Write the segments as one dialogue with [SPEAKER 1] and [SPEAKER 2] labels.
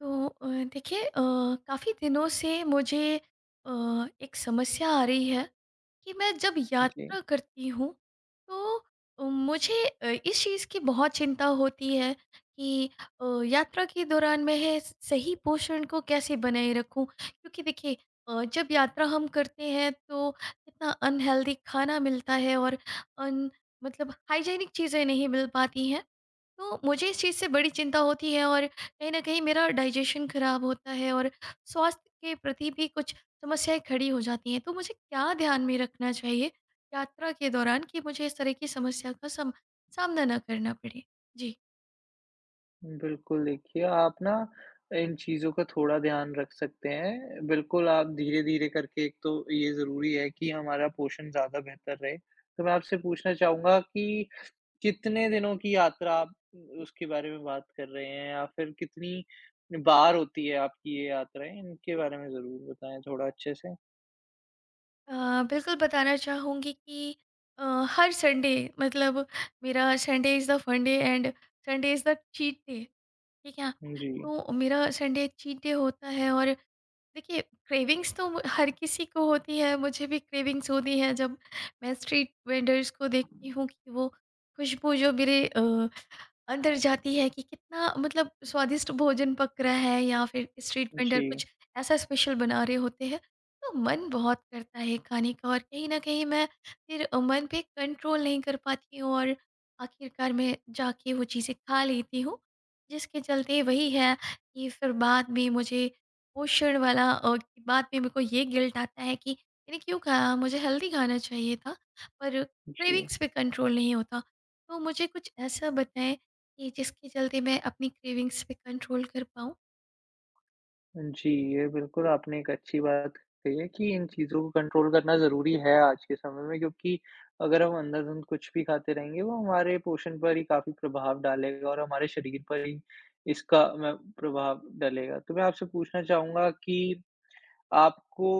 [SPEAKER 1] तो देखिए काफ़ी दिनों से मुझे अ, एक समस्या आ रही है कि मैं जब
[SPEAKER 2] जी,
[SPEAKER 1] यात्रा करती हूँ तो मुझे इस चीज़ की बहुत चिंता होती है कि यात्रा के दौरान मैं है सही पोषण को कैसे बनाए रखूँ क्योंकि देखिए, जब यात्रा हम करते हैं तो इतना अनहेल्दी खाना मिलता है और अन मतलब हाइजीनिक चीज़ें नहीं मिल पाती हैं। तो मुझे इस चीज़ से बड़ी चिंता होती है और कहीं न कहीं मेरा डाइजेशन खराब होता है और स्वास्थ्य के प्रति भी कुछ समस्याएँ खड़ी हो जाती हैं। तो मुझे क्या ध्यान में रखना चाहिए यात्रा के दौरान कि मुझे इस तरह की समस्या का सम सामना ना करना पड़े? जी।
[SPEAKER 2] बिल्कुल देखिए आप ना इन चीज़ों का थोड़ा ध्यान रख सकते हैं। बिल्कुल आप धीरे-धीरे करके एक तो ये ज़रूरी है कि हमारा पोषण ज़्यादा बेहतर रहे। तो मैं आपसे पूछना चाहूँगा कि कितने दिनों की यात्रा आप उसके बारे में बात कर रहे हैं, या फिर कितनी बार होती है आपकी ये यात्राएँ? इनके बारे में ज़रूर बताएँ थोड़ा अच्छे से।
[SPEAKER 1] बिल्कुल बताना चाहूँगी कि अ, हर संडे, मतलब मेरा Sunday is the fun day and Sunday is the cheat day, ठीक है?
[SPEAKER 2] जी,
[SPEAKER 1] तो मेरा संडे चीट डे होता है। और देखिए, क्रेविंग्स तो म हर किसी को होती है, मुझे भी क्रेविंग्स होती है। जब मैं स्ट्रीट वेंडर्स को देखती हूँ कि वो खुशबू जो मेरे अंदर जाती है कि कितना मतलब स्वादिष्ट भोजन पक रहा है या फिर स्ट्रीट वेंडर
[SPEAKER 2] जी,
[SPEAKER 1] कुछ ऐसा स्पेशल बना रहे होते हैं, तो मन बहुत करता है खाने का। और कहीं ना कहीं मैं फिर मन पे कंट्रोल नहीं कर पाती हूँ और आखिरकार मैं जाके वो चीज़ें खा लेती हूँ, जिसके चलते वही है कि फिर बाद में मुझे पोषण वाला और बाद में मेरे को ये गिल्ट आता है कि मैंने क्यों खाया, मुझे हेल्दी खाना चाहिए था। पर
[SPEAKER 2] जी।
[SPEAKER 1] क्रेविंग्स पे कंट्रोल नहीं होता। तो मुझे कुछ ऐसा बताएं कि जिसके चलते मैं अपनी क्रेविंग्स पे कंट्रोल कर पाऊँ।
[SPEAKER 2] जी, ये बिल्कुल आपने एक अच्छी बात कही है कि इन चीज़ों को कंट्रोल करना ज़रूरी है आज के समय में, क्योंकि अगर हम अंधाधुंध कुछ भी खाते रहेंगे, वो हमारे पोषण पर ही काफ़ी प्रभाव डालेगा और हमारे शरीर पर ही इसका म प्रभाव डलेगा। तो मैं आपसे पूछना चाहूँगा कि आपको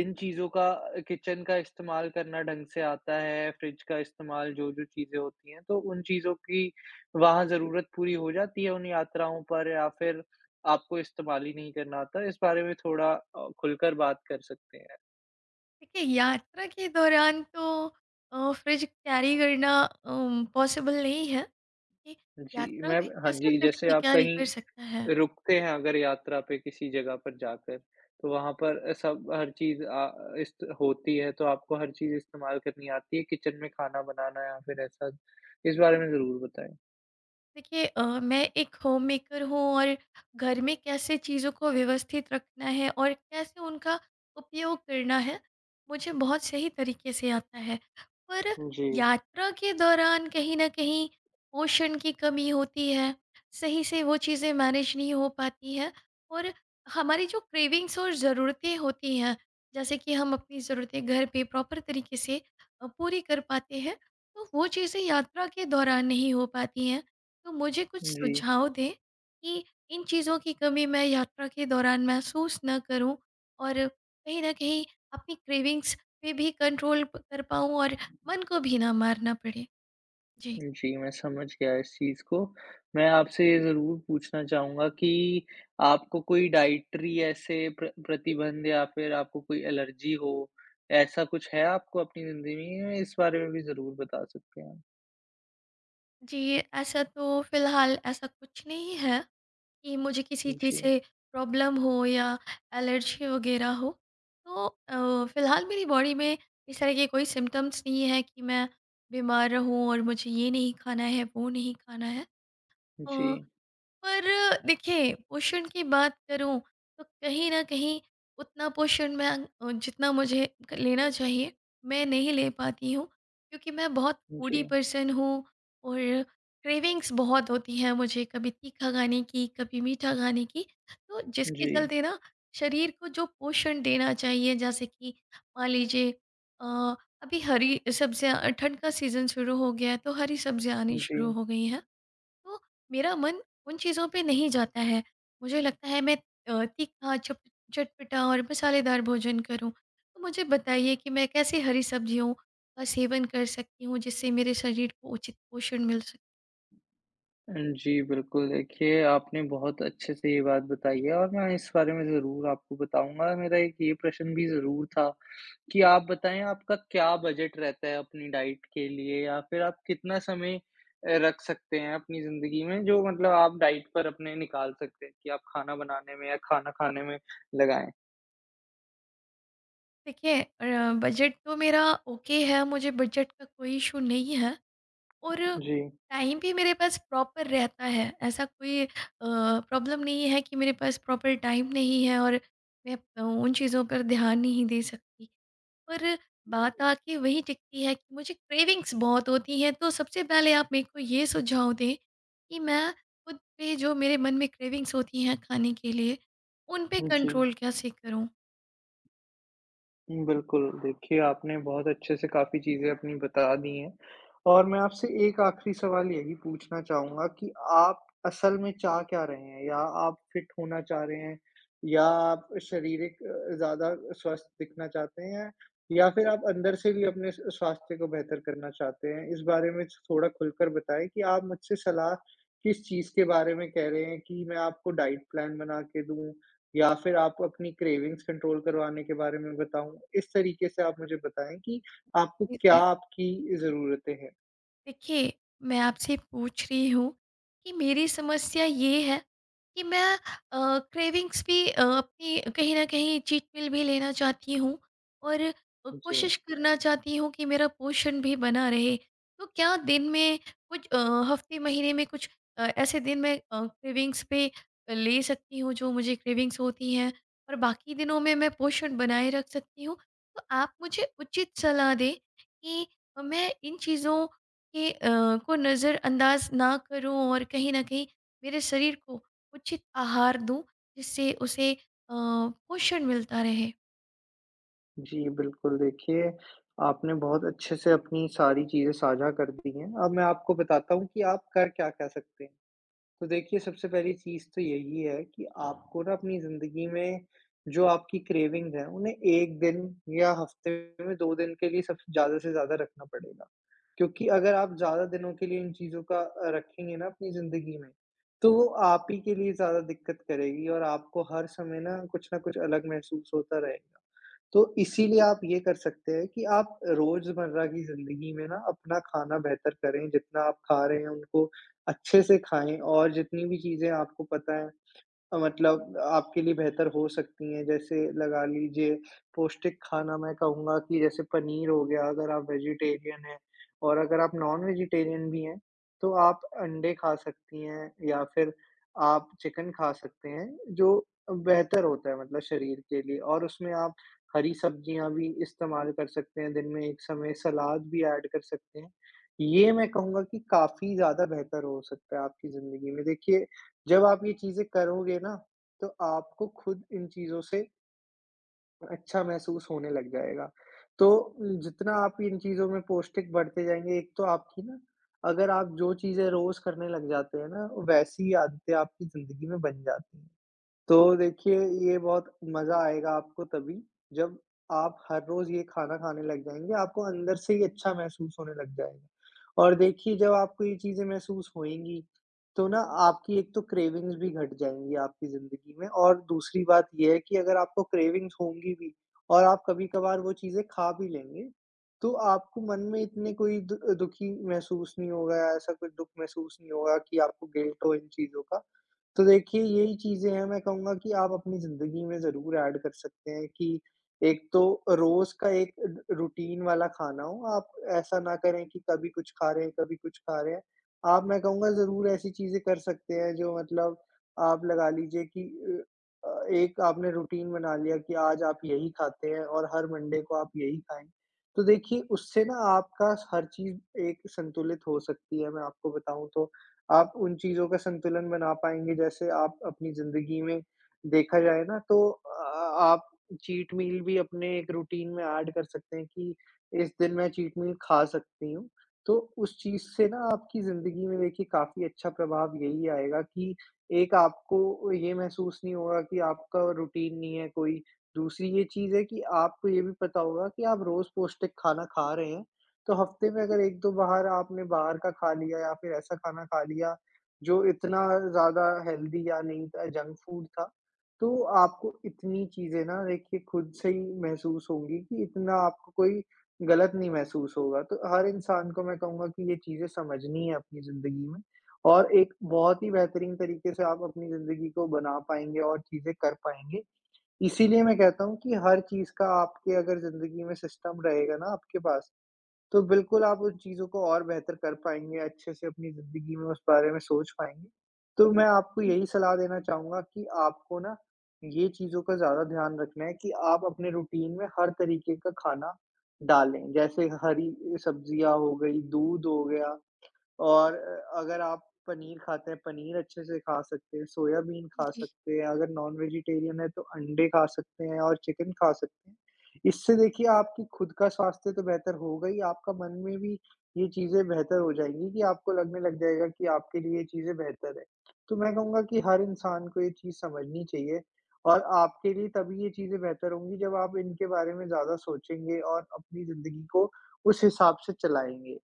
[SPEAKER 2] इन चीज़ों का, किचन का इस्तेमाल करना ढंग से आता है, फ्रिज का इस्तेमाल जो-जो चीज़ें होती हैं, तो उन चीज़ों की वहाँ ज़रूरत पूरी हो जाती है उन यात्राओं पर, या फिर आपको इस्तेमाल ही नहीं करना आता? इस बारे में थोड़ा खुलकर बात कर सकते हैं।
[SPEAKER 1] देखिए, यात्रा के दौरान तो फ्रिज कैरी करना पॉसिबल नहीं है, कि
[SPEAKER 2] जी,
[SPEAKER 1] यात्रा
[SPEAKER 2] मैं
[SPEAKER 1] में
[SPEAKER 2] हाँ
[SPEAKER 1] कैसे
[SPEAKER 2] जी।
[SPEAKER 1] फ्रिज
[SPEAKER 2] जैसे
[SPEAKER 1] कोई
[SPEAKER 2] आप
[SPEAKER 1] कैरी कर
[SPEAKER 2] कहीं
[SPEAKER 1] सकता है?
[SPEAKER 2] रुकते हैं अगर, यात्रा पे किसी जगह पर जाकर, तो वहाँ पर सब हर चीज़ इस्त होती है, तो आपको हर चीज़ इस्तेमाल करनी आती है किचन में खाना बनाना, या फिर ऐसा? इस बारे में ज़रूर बताएँ।
[SPEAKER 1] देखिए, मैं एक होम मेकर हूँ और घर में कैसे चीज़ों को व्यवस्थित रखना है और कैसे उनका उपयोग करना है, मुझे बहुत सही तरीके से आता है। पर
[SPEAKER 2] जी,
[SPEAKER 1] यात्रा के दौरान कहीं ना कहीं पोषण की कमी होती है, सही से वो चीज़ें मैनेज नहीं हो पाती हैं। और हमारी जो क्रेविंग्स और ज़रूरतें होती हैं, जैसे कि हम अपनी ज़रूरतें घर पे प्रॉपर तरीके से पूरी कर पाते हैं, तो वो चीज़ें यात्रा के दौरान नहीं हो पाती हैं। तो मुझे कुछ
[SPEAKER 2] जी।
[SPEAKER 1] सुझाव दें कि इन चीज़ों की कमी मैं यात्रा के दौरान महसूस ना करूं और कहीं ना कहीं अपनी क्रेविंग्स पे भी कंट्रोल कर पाऊं और मन को भी ना मारना पड़े। जी।
[SPEAKER 2] जी, मैं समझ गया इस चीज़ को। मैं आपसे ये ज़रूर पूछना चाहूँगा कि आपको कोई डाइटरी ऐसे प्रतिबंध, या फिर आपको कोई एलर्जी हो, ऐसा कुछ है आपको अपनी ज़िंदगी में? इस बारे में भी ज़रूर बता सकते हैं।
[SPEAKER 1] जी, ऐसा तो फिलहाल ऐसा कुछ नहीं है कि मुझे किसी चीज़
[SPEAKER 2] जी,
[SPEAKER 1] से प्रॉब्लम हो या एलर्जी वगैरह हो। तो फिलहाल मेरी बॉडी में इस तरह के कोई सिम्टम्स नहीं है कि मैं बीमार रहूं और मुझे ये नहीं खाना है वो नहीं खाना है।
[SPEAKER 2] जी,
[SPEAKER 1] पर देखिए, पोषण की बात करूं तो कहीं ना कहीं उतना पोषण मैं जितना मुझे लेना चाहिए मैं नहीं ले पाती हूँ, क्योंकि मैं बहुत फूडी
[SPEAKER 2] जी,
[SPEAKER 1] पर्सन हूँ और क्रेविंग्स बहुत होती हैं मुझे, कभी तीखा खाने की कभी मीठा खाने की। तो जिसके
[SPEAKER 2] जी,
[SPEAKER 1] चलते ना शरीर को जो पोषण देना चाहिए, जैसे कि मान लीजिए अ, अभी हरी सब्जियां, ठंड का सीज़न शुरू हो गया है तो हरी सब्जियां आनी
[SPEAKER 2] जी।
[SPEAKER 1] शुरू हो गई हैं, तो मेरा मन उन चीज़ों पे नहीं जाता है। मुझे लगता है मैं तीखा, चप चटपटा और मसालेदार भोजन करूँ। तो मुझे बताइए कि मैं कैसे हरी सब्जियों का सेवन कर सकती हूँ जिससे मेरे शरीर को उचित पोषण मिल सके?
[SPEAKER 2] जी, बिल्कुल, देखिए आपने बहुत अच्छे से ये बात बताई है और मैं इस बारे में ज़रूर आपको बताऊँगा। मेरा एक ये प्रश्न भी ज़रूर था कि आप बताएँ आपका क्या बजट रहता है अपनी डाइट के लिए, या फिर आप कितना समय रख सकते हैं अपनी ज़िंदगी में, जो मतलब आप डाइट पर अपने निकाल सकते हैं कि आप खाना बनाने में या खाना खाने में लगाएँ?
[SPEAKER 1] देखिए, बजट तो मेरा ओके है, मुझे बजट का कोई इश्यू नहीं है। और
[SPEAKER 2] जी,
[SPEAKER 1] टाइम भी मेरे पास प्रॉपर रहता है। ऐसा कोई प्रॉब्लम नहीं है कि मेरे पास प्रॉपर टाइम नहीं है और मैं उन चीज़ों पर ध्यान नहीं दे सकती। पर बात आके वही टिकती है कि मुझे क्रेविंग्स बहुत होती हैं। तो सबसे पहले आप मेरे को ये सुझाव दें कि मैं खुद पे, जो मेरे मन में क्रेविंग्स होती हैं खाने के लिए, उन पे
[SPEAKER 2] जी।
[SPEAKER 1] कंट्रोल कैसे करूं?
[SPEAKER 2] हुँ, बिल्कुल, देखिए आपने बहुत अच्छे से काफ़ी चीज़ें अपनी बता दी हैं, और मैं आपसे एक आखिरी सवाल यही पूछना चाहूँगा कि आप असल में चाह क्या रहे हैं? या आप फिट होना चाह रहे हैं? या आप शारीरिक ज़्यादा स्वस्थ दिखना चाहते हैं? या फिर आप अंदर से भी अपने स स्वास्थ्य को बेहतर करना चाहते हैं? इस बारे में थोड़ा खुलकर बताएँ कि आप मुझसे सलाह किस चीज़ के बारे में कह रहे हैं, कि मैं आपको डाइट प्लान बना के दूँ, या फिर आपको अपनी क्रेविंग्स कंट्रोल करवाने के बारे में बताऊँ? इस तरीके से आप मुझे बताएँ कि आपको क्या
[SPEAKER 1] जी।
[SPEAKER 2] आपकी ज़रूरतें हैं?
[SPEAKER 1] देखिए, मैं आपसे पूछ रही हूँ कि मेरी समस्या ये है कि मैं क्रेविंग्स भी अपनी, कहीं न कहीं चीट मील भी लेना चाहती हूँ और
[SPEAKER 2] जी।
[SPEAKER 1] कोशिश करना चाहती हूँ कि मेरा पोषण भी बना रहे। तो क्या दिन में कुछ हफ़्ते, महीने में कुछ ऐसे दिन मैं क्रेविंग्स पे ले सकती हूँ जो मुझे क्रेविंग्स होती हैं, और बाकी दिनों में मैं पोषण बनाए रख सकती हूँ? तो आप मुझे उचित सलाह दें कि मैं इन चीज़ों के को नज़रअंदाज ना करूं और कहीं न कहीं मेरे शरीर को उचित आहार दूं, जिससे उसे पोषण मिलता रहे।
[SPEAKER 2] जी, बिल्कुल देखिए, आपने बहुत अच्छे से अपनी सारी चीज़ें साझा कर दी हैं। अब मैं आपको बताता हूँ कि आप कर क्या-क्या सकते हैं। तो देखिए, सबसे पहली चीज़ तो यही है कि आपको ना अपनी ज़िंदगी में जो आपकी क्रेविंग्स हैं, उन्हें 1 दिन या हफ़्ते में 2 दिन के लिए सबसे ज़्यादा से ज़्यादा रखना पड़ेगा। क्योंकि अगर आप ज़्यादा दिनों के लिए इन चीज़ों का रखेंगे ना अपनी ज़िंदगी में, तो वो आप ही के लिए ज़्यादा दिक्कत करेगी, और आपको हर समय ना कुछ न कुछ अलग महसूस होता रहेगा। तो इसीलिए आप ये कर सकते हैं कि आप रोज़मर्रा की ज़िंदगी में ना अपना खाना बेहतर करें, जितना आप खा रहे हैं उनको अच्छे से खाएँ, और जितनी भी चीज़ें आपको पता है, मतलब आपके लिए बेहतर हो सकती हैं। जैसे लगा लीजिए, पौष्टिक खाना मैं कहूँगा कि, जैसे पनीर हो गया अगर आप वेजिटेरियन हैं, और अगर आप नॉन वेजिटेरियन भी हैं, तो आप अंडे खा सकती हैं, या फिर आप चिकन खा सकते हैं, जो बेहतर होता है मतलब शरीर के लिए। और उसमें आप हरी सब्जियाँ भी इस्तेमाल कर सकते हैं, दिन में एक समय सलाद भी ऐड कर सकते हैं। ये मैं कहूँगा कि काफ़ी ज़्यादा बेहतर हो सकता है आपकी ज़िंदगी में। देखिए, जब आप ये चीज़ें करोगे ना, तो आपको खुद इन चीज़ों से अच्छा महसूस होने लग जाएगा। तो जितना आप इन चीज़ों में पौष्टिक बढ़ते जाएँगे, एक तो आपकी ना, अगर आप जो चीज़ें रोज़ करने लग जाते हैं ना, वैसी आदतें आपकी ज़िंदगी में बन जाती हैं। तो देखिए, ये बहुत मज़ा आएगा आपको तभी, जब आप हर रोज़ ये खाना खाने लग जाएँगे, आपको अंदर से ही अच्छा महसूस होने लग जाएगा। और देखिए, जब आपको ये चीज़ें महसूस होएँगी, तो ना आपकी एक तो क्रेविंग्स भी घट जाएँगी आपकी ज़िंदगी में, और दूसरी बात ये है कि अगर आपको क्रेविंग्स होंगी भी, और आप कभी-कभार वो चीज़ें खा भी लेंगे, तो आपको मन में इतने कोई दु दुखी महसूस नहीं होगा, या ऐसा कुछ दुःख महसूस नहीं होगा कि आपको गिल्ट हो इन चीज़ों का। तो देखिए, यही चीज़ें हैं मैं कहूँगा कि आप अपनी ज़िंदगी में ज़रूर ऐड कर सकते हैं कि, एक तो रोज़ का एक र रूटीन वाला खाना हो, आप ऐसा ना करें कि कभी कुछ खा रहे हैं, कभी कुछ खा रहे हैं। आप, मैं कहूँगा, ज़रूर ऐसी चीज़ें कर सकते हैं जो मतलब, आप लगा लीजिए कि अ एक आपने रूटीन बना लिया कि आज आप यही खाते हैं, और हर मंडे को आप यही खाएँ। तो देखिए, उससे ना आपका हर चीज़ एक संतुलित हो सकती है, मैं आपको बताऊँ तो। आप उन चीज़ों का संतुलन बना पाएँगे जैसे आप अपनी ज़िंदगी में देखा जाए ना, तो आप चीट मील भी अपने एक रूटीन में ऐड कर सकते हैं कि, इस दिन मैं चीट मील खा सकती हूँ। तो उस चीज़ से ना आपकी ज़िंदगी में देखिए, काफ़ी अच्छा प्रभाव यही आएगा कि, एक आपको ये महसूस नहीं होगा कि आपका रूटीन नहीं है कोई। दूसरी ये चीज़ है कि आपको ये भी पता होगा कि आप रोज़ पौष्टिक खाना खा रहे हैं, तो हफ्ते में अगर 1-2 बाहर, आपने बाहर का खा लिया, या फिर ऐसा खाना खा लिया, जो इतना ज़्यादा हेल्दी या नहीं था, जंक फूड था, तो आपको इतनी चीज़ें ना देखिए खुद से ही महसूस होंगी, कि इतना आपको कोई गलत नहीं महसूस होगा। तो हर इंसान को मैं कहूँगा कि ये चीज़ें समझनी है अपनी ज़िंदगी में, और एक बहुत ही बेहतरीन तरीके से आप अपनी ज़िंदगी को बना पाएँगे और चीज़ें कर पाएँगे। इसीलिए मैं कहता हूँ कि हर चीज़ का आपके अगर ज़िंदगी में सिस्टम रहेगा ना आपके पास, तो बिल्कुल आप उन चीज़ों को और बेहतर कर पाएँगे, अच्छे से अपनी ज़िंदगी में उस बारे में सोच पाएँगे। तो मैं आपको
[SPEAKER 1] जी।
[SPEAKER 2] यही सलाह देना चाहूँगा कि आपको ना ये चीज़ों का ज़्यादा ध्यान रखना है, कि आप अपने रूटीन में हर तरीके का खाना डालें। जैसे हरी सब्जियाँ हो गई, दूध हो गया, और अगर आप पनीर खाते हैं, पनीर अच्छे से खा सकते हैं, सोयाबीन खा
[SPEAKER 1] जी।
[SPEAKER 2] सकते हैं, अगर नॉन वेजिटेरियन है तो अंडे खा सकते हैं और चिकन खा सकते हैं। इससे देखिए, आपकी खुद का स्वास्थ्य तो बेहतर होगा ही, आपका मन में भी ये चीज़ें बेहतर हो जाएँगी कि आपको लगने लग जाएगा कि आपके लिए ये चीज़ें बेहतर है। तो मैं कहूँगा कि हर इंसान को ये चीज़ समझनी चाहिए, और आपके लिए तभी ये चीज़ें बेहतर होंगी जब आप इनके बारे में ज़्यादा सोचेंगे और अपनी ज़िंदगी को उस हिसाब से चलाएँगे।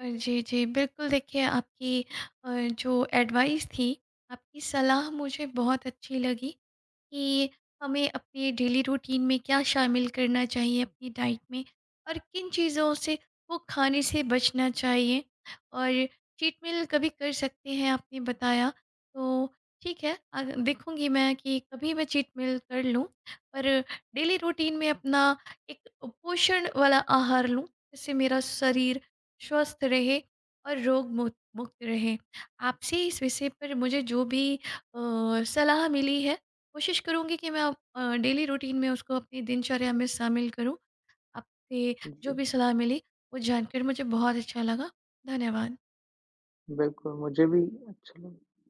[SPEAKER 1] जी, जी। बिल्कुल, देखिए आपकी अ, जो एडवाइस थी, आपकी सलाह मुझे बहुत अच्छी लगी कि हमें अपने डेली रूटीन में क्या शामिल करना चाहिए अपनी डाइट में और किन चीज़ों से, वो खाने से बचना चाहिए, और चीट मील कभी कर सकते हैं आपने बताया। तो ठीक है, अग देखूँगी मैं कि कभी मैं चीट मील कर लूँ और डेली रूटीन में अपना एक पोषण वाला आहार लूँ, जिससे मेरा शरीर स्वस्थ रहे और मुक्त रहे। आपसे इस विषय पर मुझे जो भी सलाह मिली है, कोशिश करूंगी कि मैं डेली रूटीन में उसको अपनी दिनचर्या में शामिल करूं। आपसे जो
[SPEAKER 2] जी।
[SPEAKER 1] भी सलाह मिली, वो जानकर मुझे बहुत अच्छा लगा। धन्यवाद।
[SPEAKER 2] बिल्कुल, मुझे भी अच्छा लगा।